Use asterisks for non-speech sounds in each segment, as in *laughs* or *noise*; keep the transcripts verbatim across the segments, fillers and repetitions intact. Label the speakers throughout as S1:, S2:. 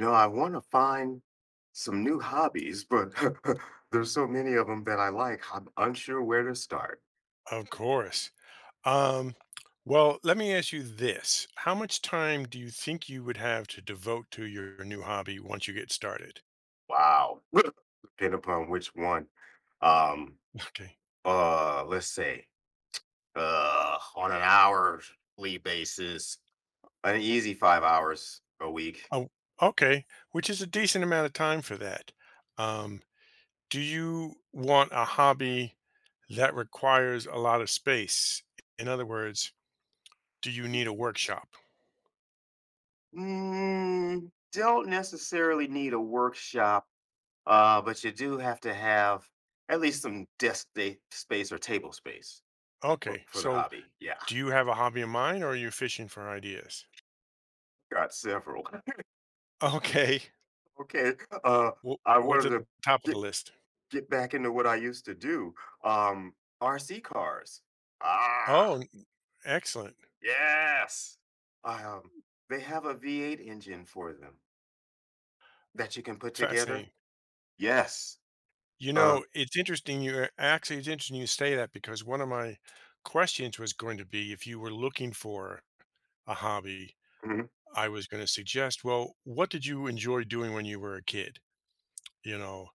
S1: You know, I want to find some new hobbies, but *laughs* there's so many of them that I like. I'm unsure where to start.
S2: Of course. Um, well, let me ask you this. How much time do you think you would have to devote to your new hobby once you get started?
S1: Wow. *laughs* Depending upon which one. Um,
S2: Okay.
S1: uh, let's say, uh, on an hourly basis, an easy five hours a week.
S2: Oh, okay. Which is a decent amount of time for that. Um, do you want a hobby that requires a lot of space? In other words, do you need a workshop?
S1: Mm, don't necessarily need a workshop, uh, but you do have to have at least some desk day space or table space for,
S2: Okay.
S1: for the
S2: So
S1: hobby. Yeah.
S2: do you have a hobby in mind, or are you fishing for ideas?
S1: Got several. *laughs*
S2: Okay.
S1: Okay, uh,
S2: Wh-
S1: I
S2: What's
S1: wanted
S2: at
S1: to
S2: the top of the
S1: get
S2: list?
S1: get back into what I used to do. Um, R C cars. Ah,
S2: Oh, excellent.
S1: yes. Um, they have a V eight engine for them that you can put together.
S2: Fascinating.
S1: Yes.
S2: You
S1: Uh,
S2: know, it's interesting you uh, actually, it's interesting you say that because one of my questions was going to be if you were looking for a hobby,
S1: mhm,
S2: I was going to suggest, well, what did you enjoy doing when you were a kid? You know,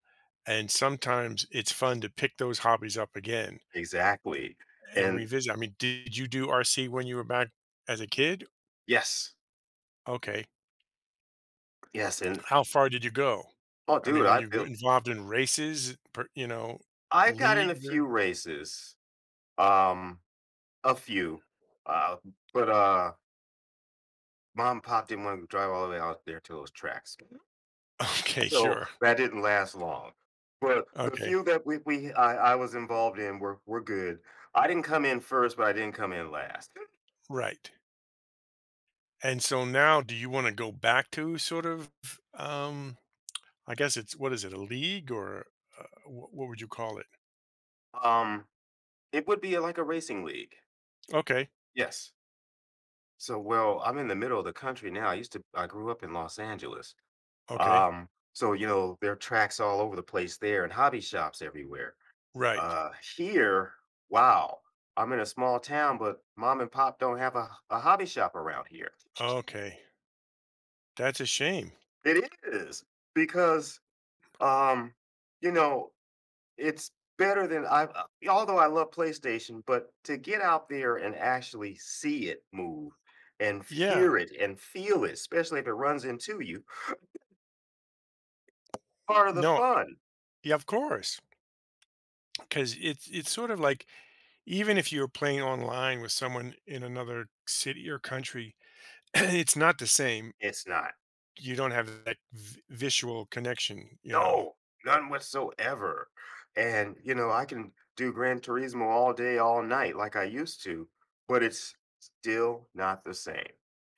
S2: and sometimes it's fun to pick those hobbies up again
S1: exactly.
S2: and
S1: And
S2: revisit. I mean, did you do R C when you were back as a kid?
S1: yes,
S2: Okay.
S1: yes. And
S2: How far did you go?
S1: oh,
S2: I
S1: dude,
S2: mean, were
S1: I
S2: you
S1: built.
S2: involved in races, per- you know,
S1: I got in a
S2: league?
S1: few
S2: or-
S1: races. Um, a few. Uh, but uh, mom and pop didn't want to drive all the way out there to those tracks.
S2: *laughs* Okay,
S1: So
S2: sure.
S1: that didn't last long. But the
S2: Okay.
S1: few that we, we I, I was involved in were were good. I didn't come in first, but I didn't come in last.
S2: Right. And so now do you wanna go back to sort of, um, I guess it's, what is it, a league, or, uh, wha what would you call it?
S1: Um, it would be like a racing league.
S2: Okay,
S1: Yes. So well, I'm in the middle of the country now. I used to I grew up in Los Angeles.
S2: okay.
S1: Um, so you know there are tracks all over the place there and hobby shops everywhere.
S2: Right.
S1: Uh, here, wow, I'm in a small town, but mom and pop don't have a, a hobby shop around here.
S2: Okay. That's a shame.
S1: It is because Um, you know, it's better than I uh, although I love PlayStation, but to get out there and actually see it move and f-
S2: Yeah.
S1: hear it and feel it, especially if it runs into you, part of the
S2: No.
S1: fun.
S2: Yeah, of course, because it's it's sort of like, even if you're playing online with someone in another city or country, *clears throat* it's not the same.
S1: It's not.
S2: You don't have that vi visual connection, you know?
S1: No, none whatsoever. And you know, I can do Gran Turismo all day, all night like I used to, but it's still not the same.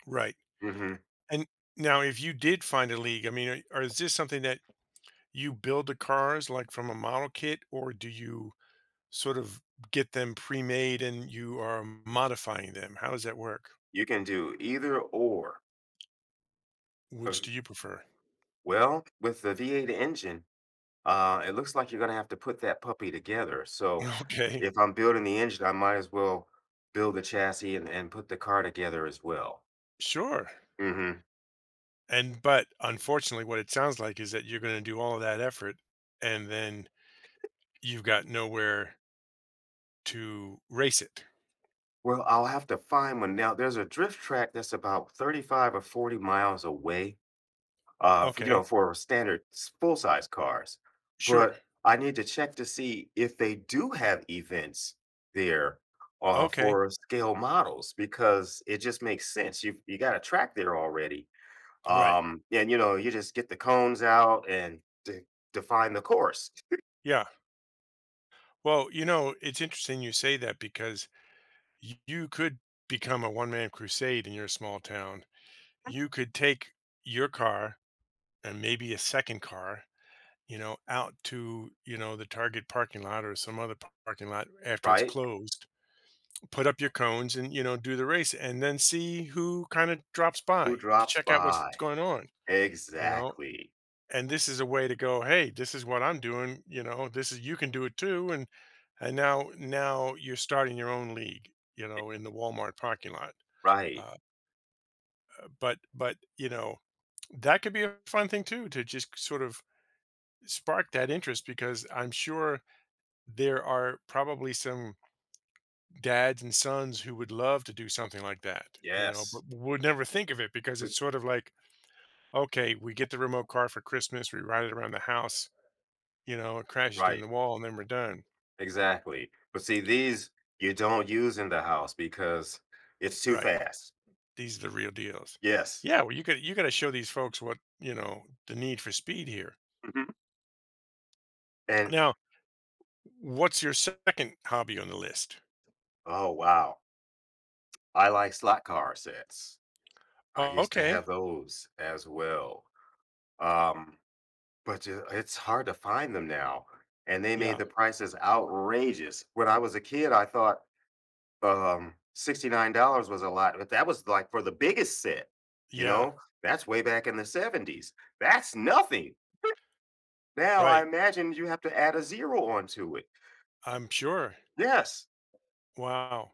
S2: Right.
S1: Mhm.
S2: And now if you did find a league, I mean, are are is this something that you build the cars like from a model kit, or do you sort of get them pre-made and you are modifying them? How does that work?
S1: You can do either or. Uh,
S2: Which do you prefer?
S1: Well, with the V eight engine, Uh, it looks like you're gonna have to put that puppy together. So
S2: *laughs* Okay,
S1: if I'm building the engine, I might as well build the chassis and, and put the car together as well.
S2: sure.
S1: Hmm.
S2: And but unfortunately, what it sounds like is that you're going to do all of that effort and then you've got nowhere to race it.
S1: Well, I'll have to find one. Now, there's a drift track that's about thirty-five or forty miles away, uh, for, you
S2: Okay,
S1: know, for standard full-size cars.
S2: sure.
S1: But I need to check to see if they do have events there uh,
S2: Okay,
S1: for scale models because it just makes sense. You you got a track there already.
S2: right.
S1: Um, and you know, you just get the cones out and de define the course.
S2: Yeah. Well, you know, it's interesting you say that because y- you could become a one man crusade in your small town. You could take your car and maybe a second car, you know, out to, you know, the Target parking lot or some other p- parking lot
S1: *laughs*
S2: after it's
S1: Right?
S2: closed, put up your cones and, you know, do the race and then see who kind of drops
S1: Who
S2: by to
S1: drops
S2: check out what's
S1: by?
S2: going on, you know.
S1: Exactly.
S2: And this is a way to go, hey, this is what I'm doing, you know, this is, you can do it too. And and now now you're starting your own league, you
S1: E,
S2: know, in the Walmart parking lot.
S1: right.
S2: Uh, but but you know, that could be a fun thing too, to just sort of sparked that interest, because I'm sure there are probably some dads and sons who would love to do something like that, you know,
S1: Yes.
S2: but would never think of it because
S1: R,
S2: it's sort of like, okay, we get the remote car for Christmas, we ride it around the house, you know, it crashes in
S1: right.
S2: the wall and then we're done.
S1: Exactly. But see, these you don't use in the house because it's too
S2: Right.
S1: fast.
S2: These are the real deals.
S1: Yes.
S2: Yeah, well, you got you got to show these folks what, you know, the need for speed here.
S1: Mhm. And,
S2: Now, what's your second hobby on the list?
S1: oh, wow. I like slot car sets. I
S2: Oh,
S1: used to have
S2: okay.
S1: those as well. Um But ju it's hard to find them now, and they made
S2: Yeah.
S1: the prices outrageous. When I was a kid, I thought, um, sixty-nine dollars was a lot, but that was, like, for the biggest set, you
S2: Yeah.
S1: know? That's way back in the seventies. That's nothing. Now I
S2: Right.
S1: imagine you have to add a zero onto it.
S2: I'm sure.
S1: Yes.
S2: Wow.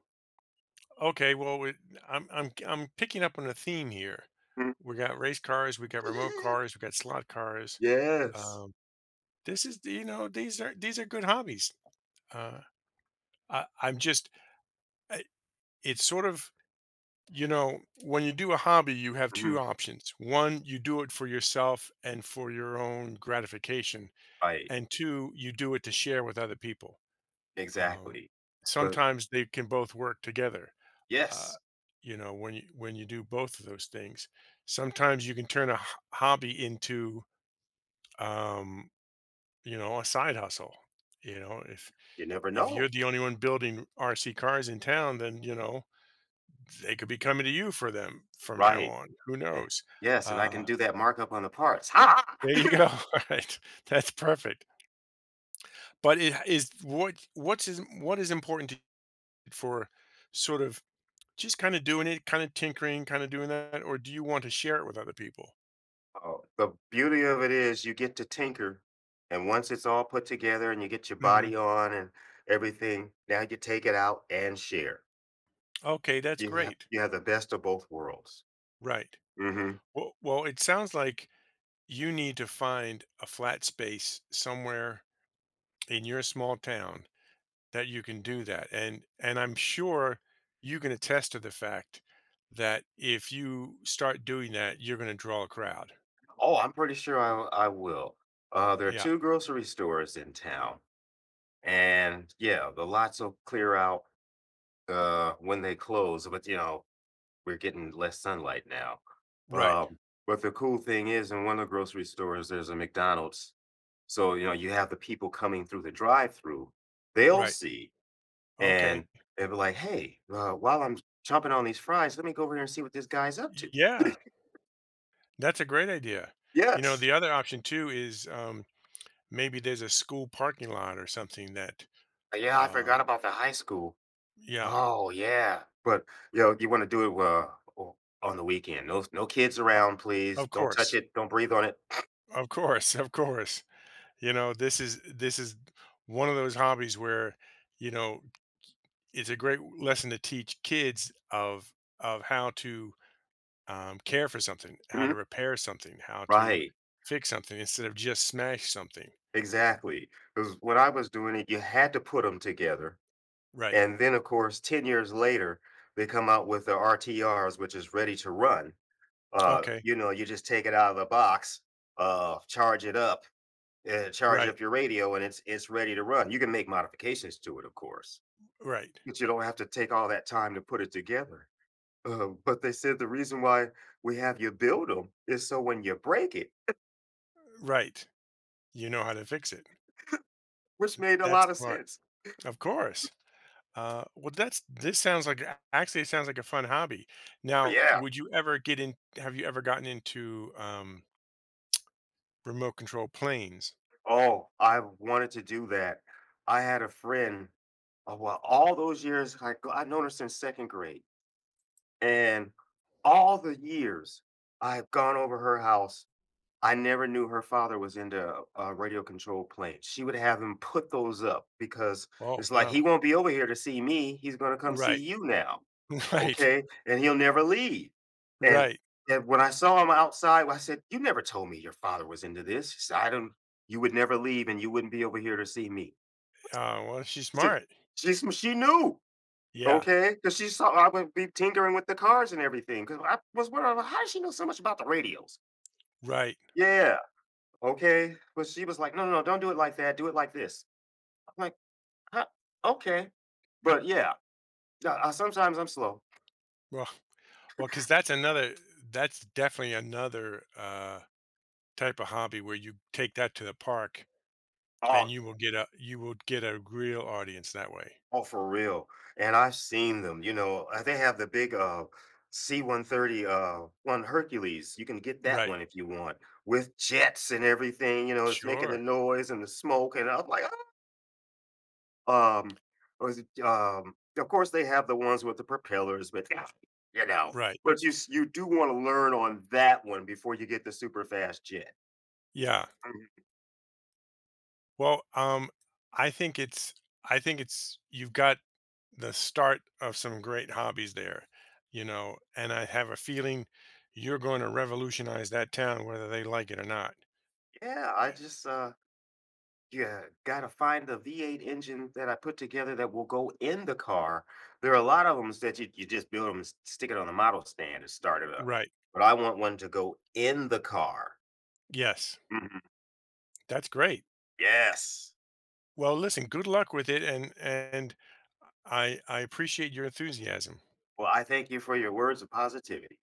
S2: Okay, well, we, I'm I'm I'm picking up on a theme here.
S1: Mm.
S2: We got race cars, we got remote
S1: *laughs*
S2: cars, we got slot cars.
S1: Yes.
S2: Um, this is, you know, these are, these are good hobbies. Uh, I, I'm just I- it's sort of, you know, when you do a hobby, you have
S1: Mhm.
S2: two options. One, you do it for yourself and for your own gratification,
S1: Right.
S2: and two, you do it to share with other people. Um,
S1: Exactly. But
S2: Sometimes they can both work together. uh,
S1: yes,
S2: you know, when you when you do both of those things, sometimes you can turn a h- hobby into, um you know, a side hustle, you know, if
S1: you never
S2: if you're
S1: know.
S2: the only one building RC cars in town, then you know they could be coming to you for them from now
S1: Right.
S2: on, who
S1: Eh,
S2: knows.
S1: yes, and I can
S2: uh
S1: do that markup on the parts. Ha!
S2: there
S1: *laughs*
S2: you go. *laughs* All right, that's perfect. But it is, what what's is what is important to you, for sort of just kind of doing it, kind of tinkering, kind of doing that, or do you want to share it with other people?
S1: Oh, the beauty of it is you get to tinker. And once it's all put together and you get your body
S2: Hmm.
S1: on and everything, now you take it out and share.
S2: Okay, that's
S1: You have
S2: great.
S1: you have the best of both worlds.
S2: Right.
S1: Hmm.
S2: Well, well, it sounds like you need to find a flat space somewhere in your small town that you can do that. And and I'm sure you can attest to the fact that if you start doing that, you're going to draw a crowd.
S1: Oh, I'm pretty sure I I will. Uh, there are
S2: Yeah.
S1: two grocery stores in town, and yeah, the lots will clear out uh, when they close. But you know, we're getting less sunlight now.
S2: Right.
S1: Um, but the cool thing is, in one of the grocery stores, there's a McDonald's. So, you know, you have the people coming through the drive-through, they'll
S2: Right.
S1: see, and
S2: Okay.
S1: they'll be like, "Hey, uh, while I'm chomping on these fries, let me go over here and see what this guy's up to." *laughs*
S2: Yeah, that's a great idea. You know,
S1: Yes.
S2: the other option too is, um, maybe there's a school parking lot or something that,
S1: Yeah, I forgot
S2: um,
S1: about the high school.
S2: yeah,
S1: Oh, yeah. But, you know, you want to do it, uh, o on the weekend. No no kids
S2: o-
S1: around, please.
S2: of
S1: Don't touch
S2: course.
S1: it. Don't breathe on it.
S2: Of course, of course. You know, this is, this is one of those hobbies where, you know, it's a great lesson to teach kids of of how to, um, care for something, how
S1: Mhm.
S2: to repair something, how to
S1: Right.
S2: fix something, instead of just smash something.
S1: Exactly. Because when I was doing it, you had to put them together.
S2: Right.
S1: And then, of course, ten years later, they come out with the R T Rs, which is ready to run. Uh,
S2: Okay.
S1: you know, you just take it out of the box, uh, charge it up, uh, charge
S2: Right.
S1: up your radio, and it's it's ready to run. You can make modifications to it, of course,
S2: Right.
S1: but you don't have to take all that time to put it together. Uh, but they said the reason why we have you build them is so when you break it,
S2: Right. You know how to fix it.
S1: which made a
S2: That's
S1: lot of
S2: smart.
S1: sense.
S2: Of course. Uh, well, that's, this sounds like a- actually it sounds like a fun hobby. Now,
S1: Yeah.
S2: would you ever get in? Have you ever gotten into, um, remote control planes.
S1: Oh, I wanted to do that. I had a friend, uh, well, all those years, I, I've known her since second grade. And all the years I've gone over her house, I never knew her father was into a radio control planes. She would have him put those up because
S2: Oh,
S1: it's like, he
S2: wow.
S1: won't be over here to see me. He's going to come see
S2: Right.
S1: you now.
S2: *laughs* Right.
S1: Okay, and he'll never leave, and
S2: Right.
S1: and when I saw him outside, I said, "You never told me your father was into this." He said, "I don't you would never leave, and you wouldn't be over here to see me."
S2: Uh, well, she's
S1: So
S2: smart.
S1: she's she knew,
S2: Yeah.
S1: okay, because she saw I would be tinkering with the cars and everything. Because I was wondering, "Well, how does she know so much about the radios?"
S2: Right.
S1: Yeah, okay, but she was like, "No, no, no, don't do it like that. Do it like this." I'm like, huh, "Okay," but yeah, uh, uh, sometimes I'm slow.
S2: Well, well, because that's another. That's definitely another uh, type of hobby where you take that to the park, and
S1: Oh.
S2: you will get a, you will get a real audience that way.
S1: Oh, for real. And I've seen them. You know, uh, they have the big uh C one thirty uh one Hercules. You can get that
S2: Right.
S1: one if you want with jets and everything. You know, it's making the
S2: Sure.
S1: noise and the smoke. And I'm like, "Ah." um, or is it, um, of course they have the ones with the propellers, but yeah, you know,
S2: Right.
S1: but you s- you do want to learn on that one before you get the super fast jet.
S2: Yeah.
S1: Mhm.
S2: Well, um, I think it's I think it's, you've got the start of some great hobbies there, you know, and I have a feeling you're going to revolutionize that town whether they like it or not.
S1: Yeah, I just uh yeah, gotta find the V eight engine that I put together that will go in the car. There are a lot of them that you, you just build them, stick it on the model stand and start it up.
S2: Right.
S1: But I want one to go in the car.
S2: Yes.
S1: Mhm.
S2: That's great.
S1: Yes.
S2: Well, listen, good luck with it, and and I I appreciate your enthusiasm.
S1: Well, I thank you for your words of positivity.